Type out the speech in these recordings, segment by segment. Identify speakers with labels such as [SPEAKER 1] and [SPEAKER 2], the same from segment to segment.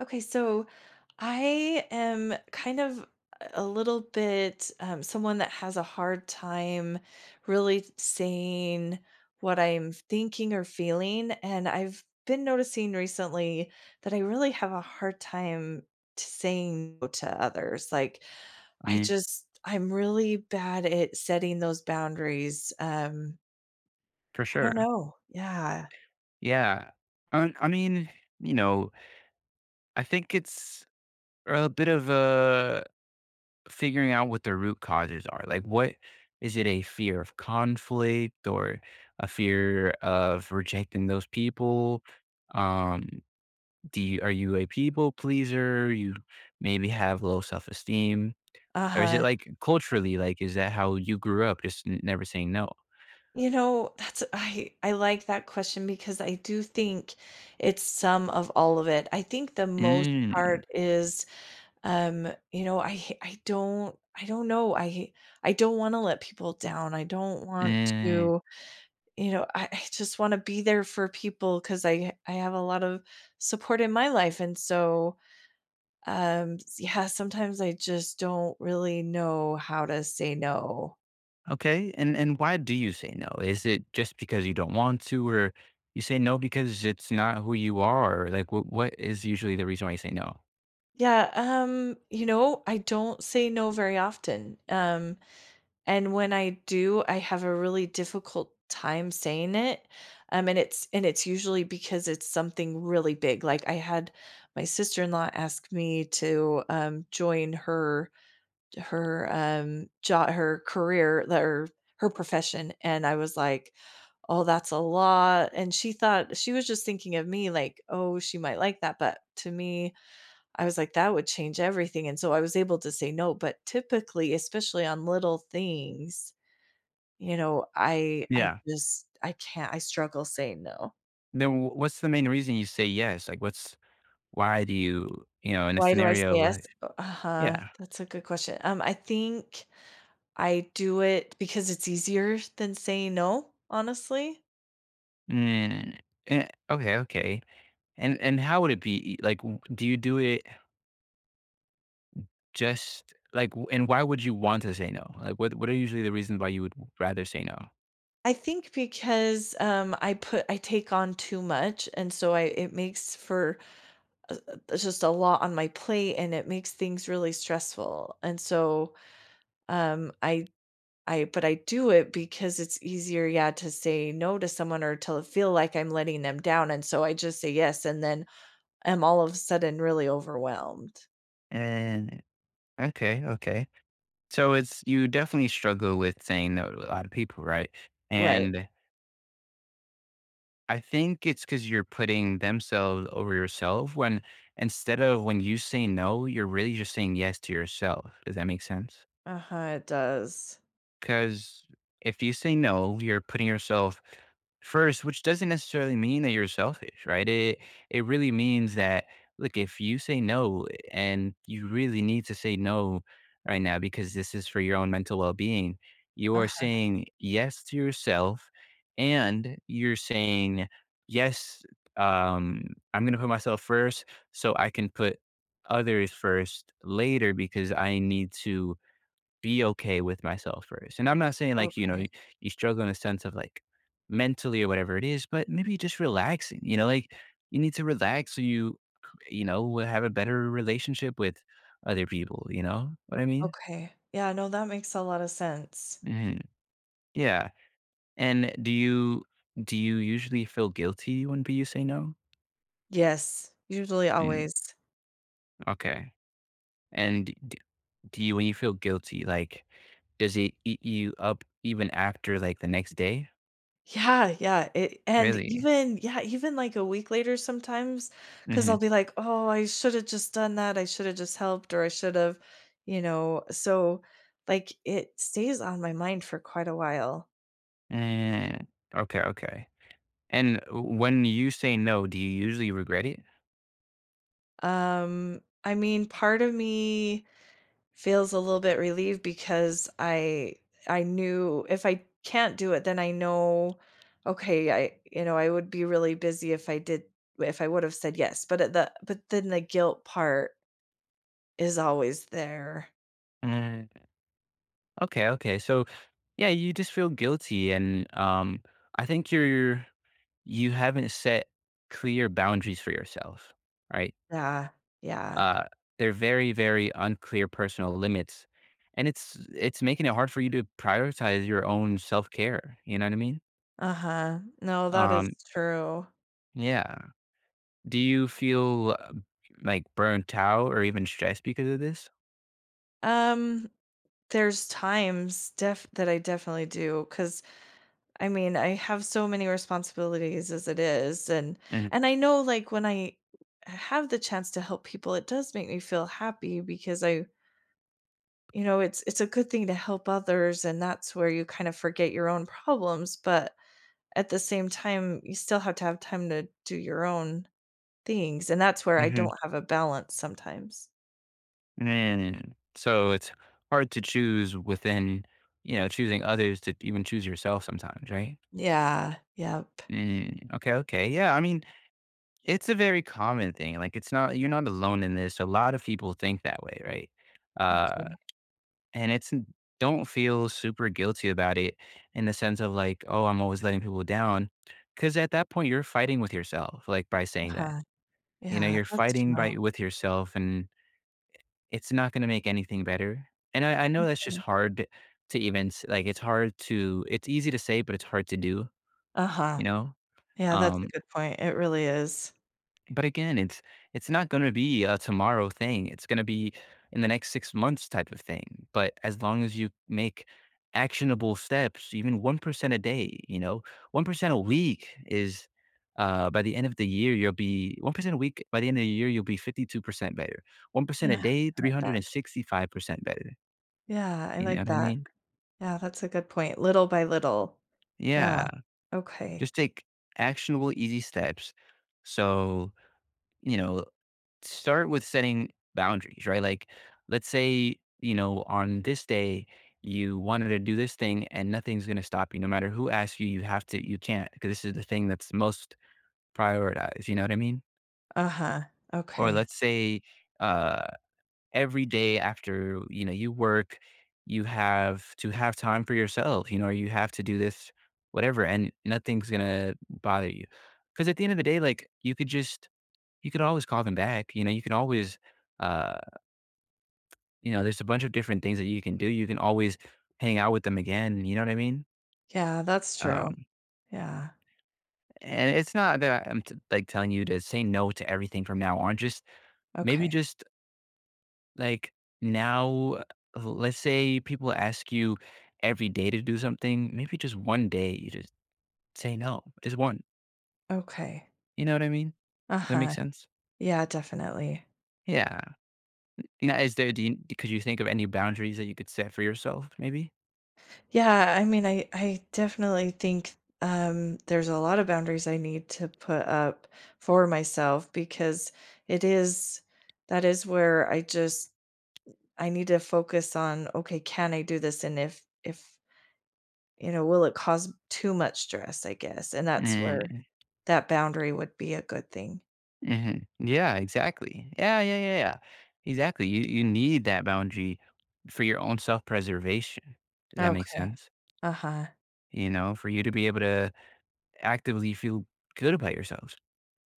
[SPEAKER 1] Okay, so I am kind of a little bit someone that has a hard time really saying what I'm thinking or feeling. And I've been noticing recently that I really have a hard time to saying no to others. Like, I
[SPEAKER 2] Mm,
[SPEAKER 1] just, I'm really bad at setting those boundaries.
[SPEAKER 2] for
[SPEAKER 1] I don't
[SPEAKER 2] sure.
[SPEAKER 1] know. Yeah.
[SPEAKER 2] Yeah. Um, I mean, you know, I think it's a bit of a figuring out what the root causes are. Like, what is it a fear of conflict or a fear of rejecting those people? Um, do you, are you a people pleaser? You maybe have low self esteem,
[SPEAKER 1] Uh
[SPEAKER 2] or is it
[SPEAKER 1] huh.
[SPEAKER 2] like culturally? Like, is that how you grew up? Just never saying no.
[SPEAKER 1] You know, that's I like that question because I do think it's some of all of it. I think the most part
[SPEAKER 2] Mm,
[SPEAKER 1] is, you know, I don't know. I don't want to let people down. I don't want
[SPEAKER 2] mm.
[SPEAKER 1] to, you know, I just want to be there for people because I have a lot of support in my life. And so yeah, sometimes I just don't really know how to say no.
[SPEAKER 2] Okay. And why do you say no? Is it just because you don't want to or you say no because it's not who you are? Like what is usually the reason why you say no?
[SPEAKER 1] Yeah, you know, I don't say no very often. And when I do, I have a really difficult time saying it. And it's usually because it's something really big. Like I had my sister-in-law ask me to join her job her career or her profession, and I was like, "Oh, that's a lot." And she thought she was just thinking of me like, "Oh, she might like that." But to me, I was like, "That would change everything," and so I was able to say no, but typically, especially on little things, you know, I I
[SPEAKER 2] Yeah.
[SPEAKER 1] just I can't I struggle saying no.
[SPEAKER 2] Then what's the main reason you say yes? Like what's why do you, you know, in a
[SPEAKER 1] Why do I say
[SPEAKER 2] scenario of
[SPEAKER 1] yes?
[SPEAKER 2] like
[SPEAKER 1] Uh-huh,
[SPEAKER 2] yeah.
[SPEAKER 1] that's a good question. I think I do it because it's easier than saying no, honestly.
[SPEAKER 2] Mm, eh, okay, okay. And how would it be like do you do it just like and why would you want to say no? Like what are usually the reasons why you would rather say no?
[SPEAKER 1] I think because, I take on too much, and so I it makes for, uh, just a lot on my plate, and it makes things really stressful, and so, um, I I do it because it's easier, yeah, to say no to someone or to feel like I'm letting them down, and so I just say yes, and then I'm all of a sudden really overwhelmed.
[SPEAKER 2] And okay, okay. So it's you definitely struggle with saying no to a lot of people, right?
[SPEAKER 1] Right.
[SPEAKER 2] And I think it's because you're putting themselves over yourself when instead of when you say no, you're really just saying yes to yourself. Does that make sense?
[SPEAKER 1] Uh-huh, it does.
[SPEAKER 2] Because if you say no, you're putting yourself first, which doesn't necessarily mean that you're selfish, right? It really means that look, if you say no and you really need to say no right now because this is for your own mental well-being, you are
[SPEAKER 1] Uh-huh,
[SPEAKER 2] saying yes to yourself and you're saying yes um I'm going to put myself first so I can put others first later because I need to be okay with myself first. And I'm not saying like, you know, you
[SPEAKER 1] okay,
[SPEAKER 2] you struggle in a sense of like mentally or whatever it is, but maybe just relaxing, you know, like you need to relax so you know, will have a better relationship with other people, you know what I mean?
[SPEAKER 1] okay. Yeah, no, that makes a lot of sense.
[SPEAKER 2] Hmm Yeah. And do you usually feel guilty when you say no?
[SPEAKER 1] Yes, usually
[SPEAKER 2] Mm,
[SPEAKER 1] always.
[SPEAKER 2] okay. And do you, when you feel guilty, like, does it eat you up even after like the next day?
[SPEAKER 1] Yeah, yeah, it and
[SPEAKER 2] Really?
[SPEAKER 1] even yeah, even, like, a week later sometimes, because 'cause
[SPEAKER 2] Mm-hmm.
[SPEAKER 1] I'll be like, "Oh, I should've just done that, I should've just helped, or I should've," you know, so, like, it stays on my mind for quite a while.
[SPEAKER 2] Mm, okay, okay. And when you say no, do you usually regret it?
[SPEAKER 1] I mean, part of me feels a little bit relieved because I knew if I can't do it, then I know, okay, I you know, I would be really busy if I did if I would've said yes, but at the but then the guilt part is always there.
[SPEAKER 2] Mm, okay, okay. So yeah, you just feel guilty, and I think you're you haven't set clear boundaries for yourself, right?
[SPEAKER 1] Yeah, yeah.
[SPEAKER 2] Uh, they're very, very unclear personal limits, and it's making it hard for you to prioritize your own self care. You know what I mean?
[SPEAKER 1] Uh-huh. No, that is
[SPEAKER 2] Um,
[SPEAKER 1] true.
[SPEAKER 2] yeah. Do you feel like burnt out or even stressed because of this?
[SPEAKER 1] Um, there's times def that I definitely do, cause I mean, I have so many responsibilities as it is, and I know, like, when I have the chance to help people, it does make me feel happy because I you know, it's a good thing to help others, and that's where you kind of forget your own problems, but at the same time, you still have to have time to do your own things, and that's where I
[SPEAKER 2] Mhm,
[SPEAKER 1] don't have a balance sometimes.
[SPEAKER 2] and so it's hard to choose within, you know, choosing others to even choose yourself sometimes, right?
[SPEAKER 1] Yeah, yep.
[SPEAKER 2] Mm, okay, okay. Yeah, I mean, it's a very common thing. Like it's not you're not alone in this. A lot of people think that way, right?
[SPEAKER 1] Okay.
[SPEAKER 2] Uh and it's n- don't feel super guilty about it in the sense of like, oh, I'm always letting people down cuz at that point you're fighting with yourself like by saying that.
[SPEAKER 1] Uh-huh.
[SPEAKER 2] You know,
[SPEAKER 1] Yeah,
[SPEAKER 2] you're
[SPEAKER 1] that's
[SPEAKER 2] fighting
[SPEAKER 1] true.
[SPEAKER 2] by with yourself and it's not gonna make anything better, and I know that's just
[SPEAKER 1] Okay.
[SPEAKER 2] hard to even s like, it's hard to it's easy to say, but it's hard to do,
[SPEAKER 1] Uh-huh.
[SPEAKER 2] you know?
[SPEAKER 1] Yeah, that's a
[SPEAKER 2] Um,
[SPEAKER 1] good point, it really is.
[SPEAKER 2] but again, it's not gonna be a tomorrow thing, it's gonna be in the next 6 months type of thing, but as long as you make actionable steps, even 1% a day, you know? 1% a week is, by the end of the year, you'll be 1% a week, by the end of the year, you'll be 52% better. 1% a
[SPEAKER 1] Yeah,
[SPEAKER 2] day,
[SPEAKER 1] I like that.
[SPEAKER 2] 365% better.
[SPEAKER 1] Yeah, I
[SPEAKER 2] You know
[SPEAKER 1] like
[SPEAKER 2] what I
[SPEAKER 1] that.
[SPEAKER 2] mean?
[SPEAKER 1] Yeah, that's a good point, little by little. Yeah,
[SPEAKER 2] Yeah.
[SPEAKER 1] okay.
[SPEAKER 2] Just take actionable, easy steps. So, you know, start with setting boundaries, right? Like, let's say, you know, on this day, you wanted to do this thing and nothing's going to stop you. No matter who asks you, you have to, you can't, because this is the thing that's most prioritized. You know what I mean?
[SPEAKER 1] Uh-huh,
[SPEAKER 2] Or
[SPEAKER 1] okay.
[SPEAKER 2] let's say, uh, every day after, you know, you work, you have to have time for yourself, you know, or you have to do this, whatever, and nothing's gonna bother you. Because at the end of the day, like you could just, you could always call them back, you know, you can always, uh, you know, there's a bunch of different things that you can do. You can always hang out with them again. You know what I mean?
[SPEAKER 1] Yeah, that's true.
[SPEAKER 2] Um,
[SPEAKER 1] Yeah,
[SPEAKER 2] and it's not that I'm like telling you to say no to everything from now on. Just maybe
[SPEAKER 1] okay,
[SPEAKER 2] just like now, let's say people ask you every day to do something, maybe just one day you just say no. Is one.
[SPEAKER 1] okay.
[SPEAKER 2] You know what I mean? Does that make
[SPEAKER 1] Uh-huh.
[SPEAKER 2] sense?
[SPEAKER 1] Yeah, definitely.
[SPEAKER 2] Yeah. Now, is there? Do you, could you think of any boundaries that you could set for yourself? Maybe.
[SPEAKER 1] Yeah, I mean, I definitely think, there's a lot of boundaries I need to put up for myself because it is that is where I just I need to focus on, okay, can I do this? And if you know, will it cause too much stress, I guess. And that's where
[SPEAKER 2] Mm-hmm.
[SPEAKER 1] that boundary would be a good thing.
[SPEAKER 2] Yeah. Exactly. Yeah. Yeah. Yeah. Yeah. Exactly. You need that boundary for your own self preservation. Does that make
[SPEAKER 1] Okay.
[SPEAKER 2] sense?
[SPEAKER 1] Uh-huh.
[SPEAKER 2] You know, for you to be able to actively feel good about yourselves,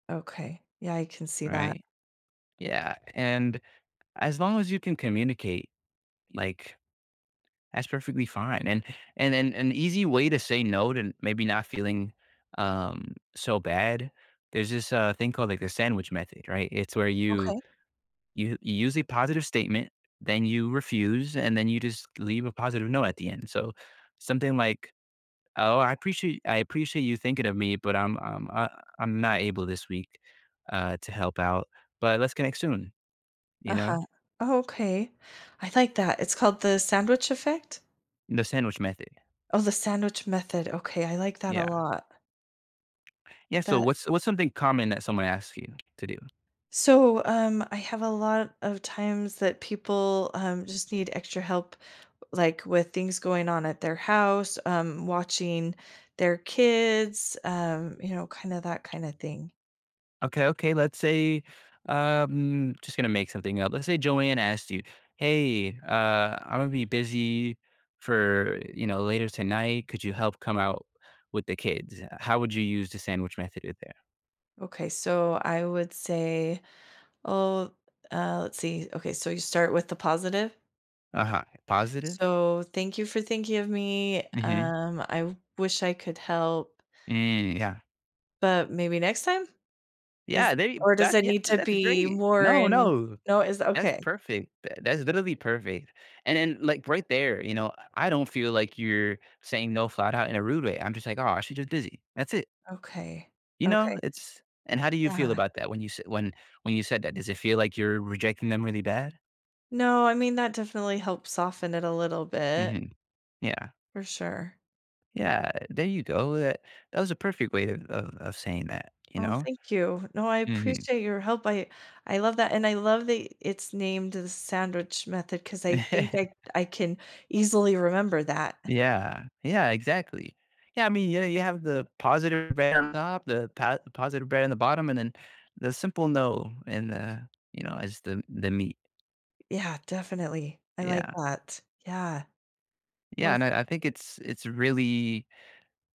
[SPEAKER 1] Okay. Yeah, I can see that.
[SPEAKER 2] right? Yeah, and as long as you can communicate, like, that's perfectly fine, and an easy way to say no to maybe not feeling, so bad, there's this, thing called, like, the sandwich method, right? It's where you
[SPEAKER 1] Okay.
[SPEAKER 2] you you use a positive statement, then you refuse, and then you just leave a positive note at the end, so something like, " I appreciate you thinking of me, but I'm not able this week, to help out, but let's connect soon," you know?
[SPEAKER 1] Uh-huh. Oh, okay. I like that. It's called the sandwich effect.
[SPEAKER 2] The sandwich method.
[SPEAKER 1] Oh, the sandwich method. Okay, I like that a
[SPEAKER 2] Yeah.
[SPEAKER 1] lot.
[SPEAKER 2] Yeah, so
[SPEAKER 1] That
[SPEAKER 2] what's something common that someone asks you to do?
[SPEAKER 1] so, I have a lot of times that people, just need extra help, like, with things going on at their house, watching their kids, you know, kinda that kinda thing.
[SPEAKER 2] Okay, okay, let's say, just gonna make something up. Let's say Joanne asked you, "Hey, I'm gonna be busy for, you know, later tonight. Could you help come out with the kids?" How would you use the sandwich method in there?
[SPEAKER 1] Okay, so I would say, oh, let's see. Okay, so you start with the positive.
[SPEAKER 2] Uh-huh. Positive?
[SPEAKER 1] So, "Thank you for thinking of me.
[SPEAKER 2] Mhm.
[SPEAKER 1] I wish I could help,
[SPEAKER 2] Mm, yeah.
[SPEAKER 1] but maybe next time?" Is
[SPEAKER 2] Yeah, they
[SPEAKER 1] or does
[SPEAKER 2] that
[SPEAKER 1] it
[SPEAKER 2] yeah,
[SPEAKER 1] need to
[SPEAKER 2] that's
[SPEAKER 1] be
[SPEAKER 2] great.
[SPEAKER 1] more
[SPEAKER 2] No,
[SPEAKER 1] in
[SPEAKER 2] no.
[SPEAKER 1] no, is
[SPEAKER 2] That's
[SPEAKER 1] okay,
[SPEAKER 2] perfect. That's literally perfect. And then, like, right there, you know, I don't feel like you're saying no flat out in a rude way. I'm just like, "Oh, she's just busy." That's it.
[SPEAKER 1] okay,
[SPEAKER 2] You know?
[SPEAKER 1] okay,
[SPEAKER 2] It's and how do you feel
[SPEAKER 1] yeah.
[SPEAKER 2] about that when you said that? Does it feel like you're rejecting them really bad?
[SPEAKER 1] No, I mean, that definitely helps soften it a little bit,
[SPEAKER 2] Mhm. Yeah.
[SPEAKER 1] for sure.
[SPEAKER 2] Yeah, there you go. That that was a perfect way of saying that, you
[SPEAKER 1] Oh,
[SPEAKER 2] know?
[SPEAKER 1] thank you. No, I
[SPEAKER 2] Mhm.
[SPEAKER 1] appreciate your help, I love that, and I love that it's named the sandwich method because I think I I can easily remember that.
[SPEAKER 2] Yeah. Yeah, exactly. Yeah, I mean, yeah, you have the positive bread on top, the positive bread on the bottom, and then the simple no, and the you know, as the meat.
[SPEAKER 1] Yeah, definitely, I like
[SPEAKER 2] Yeah,
[SPEAKER 1] that. Yeah,
[SPEAKER 2] yeah,
[SPEAKER 1] well
[SPEAKER 2] and I think it's really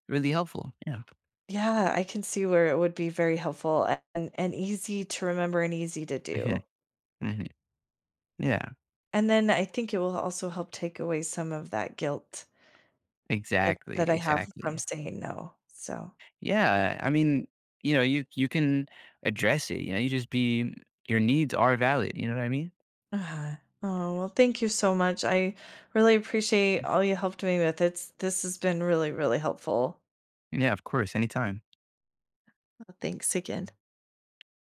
[SPEAKER 2] really helpful. Yeah,
[SPEAKER 1] yeah, I can see where it would be very helpful and easy to remember and easy to
[SPEAKER 2] mhm,
[SPEAKER 1] do.
[SPEAKER 2] mhm. Yeah,
[SPEAKER 1] And then I think it will also help take away some of that guilt that
[SPEAKER 2] exactly,
[SPEAKER 1] that I have from
[SPEAKER 2] exactly.
[SPEAKER 1] saying no. So,
[SPEAKER 2] Yeah, I mean, you know, you can address it. You know, you just be your needs are valid. You know what I mean?
[SPEAKER 1] uh oh, well, thank you so much. I really appreciate all you helped me with. It's this has been really, really helpful.
[SPEAKER 2] Yeah, of course, anytime.
[SPEAKER 1] Thanks again.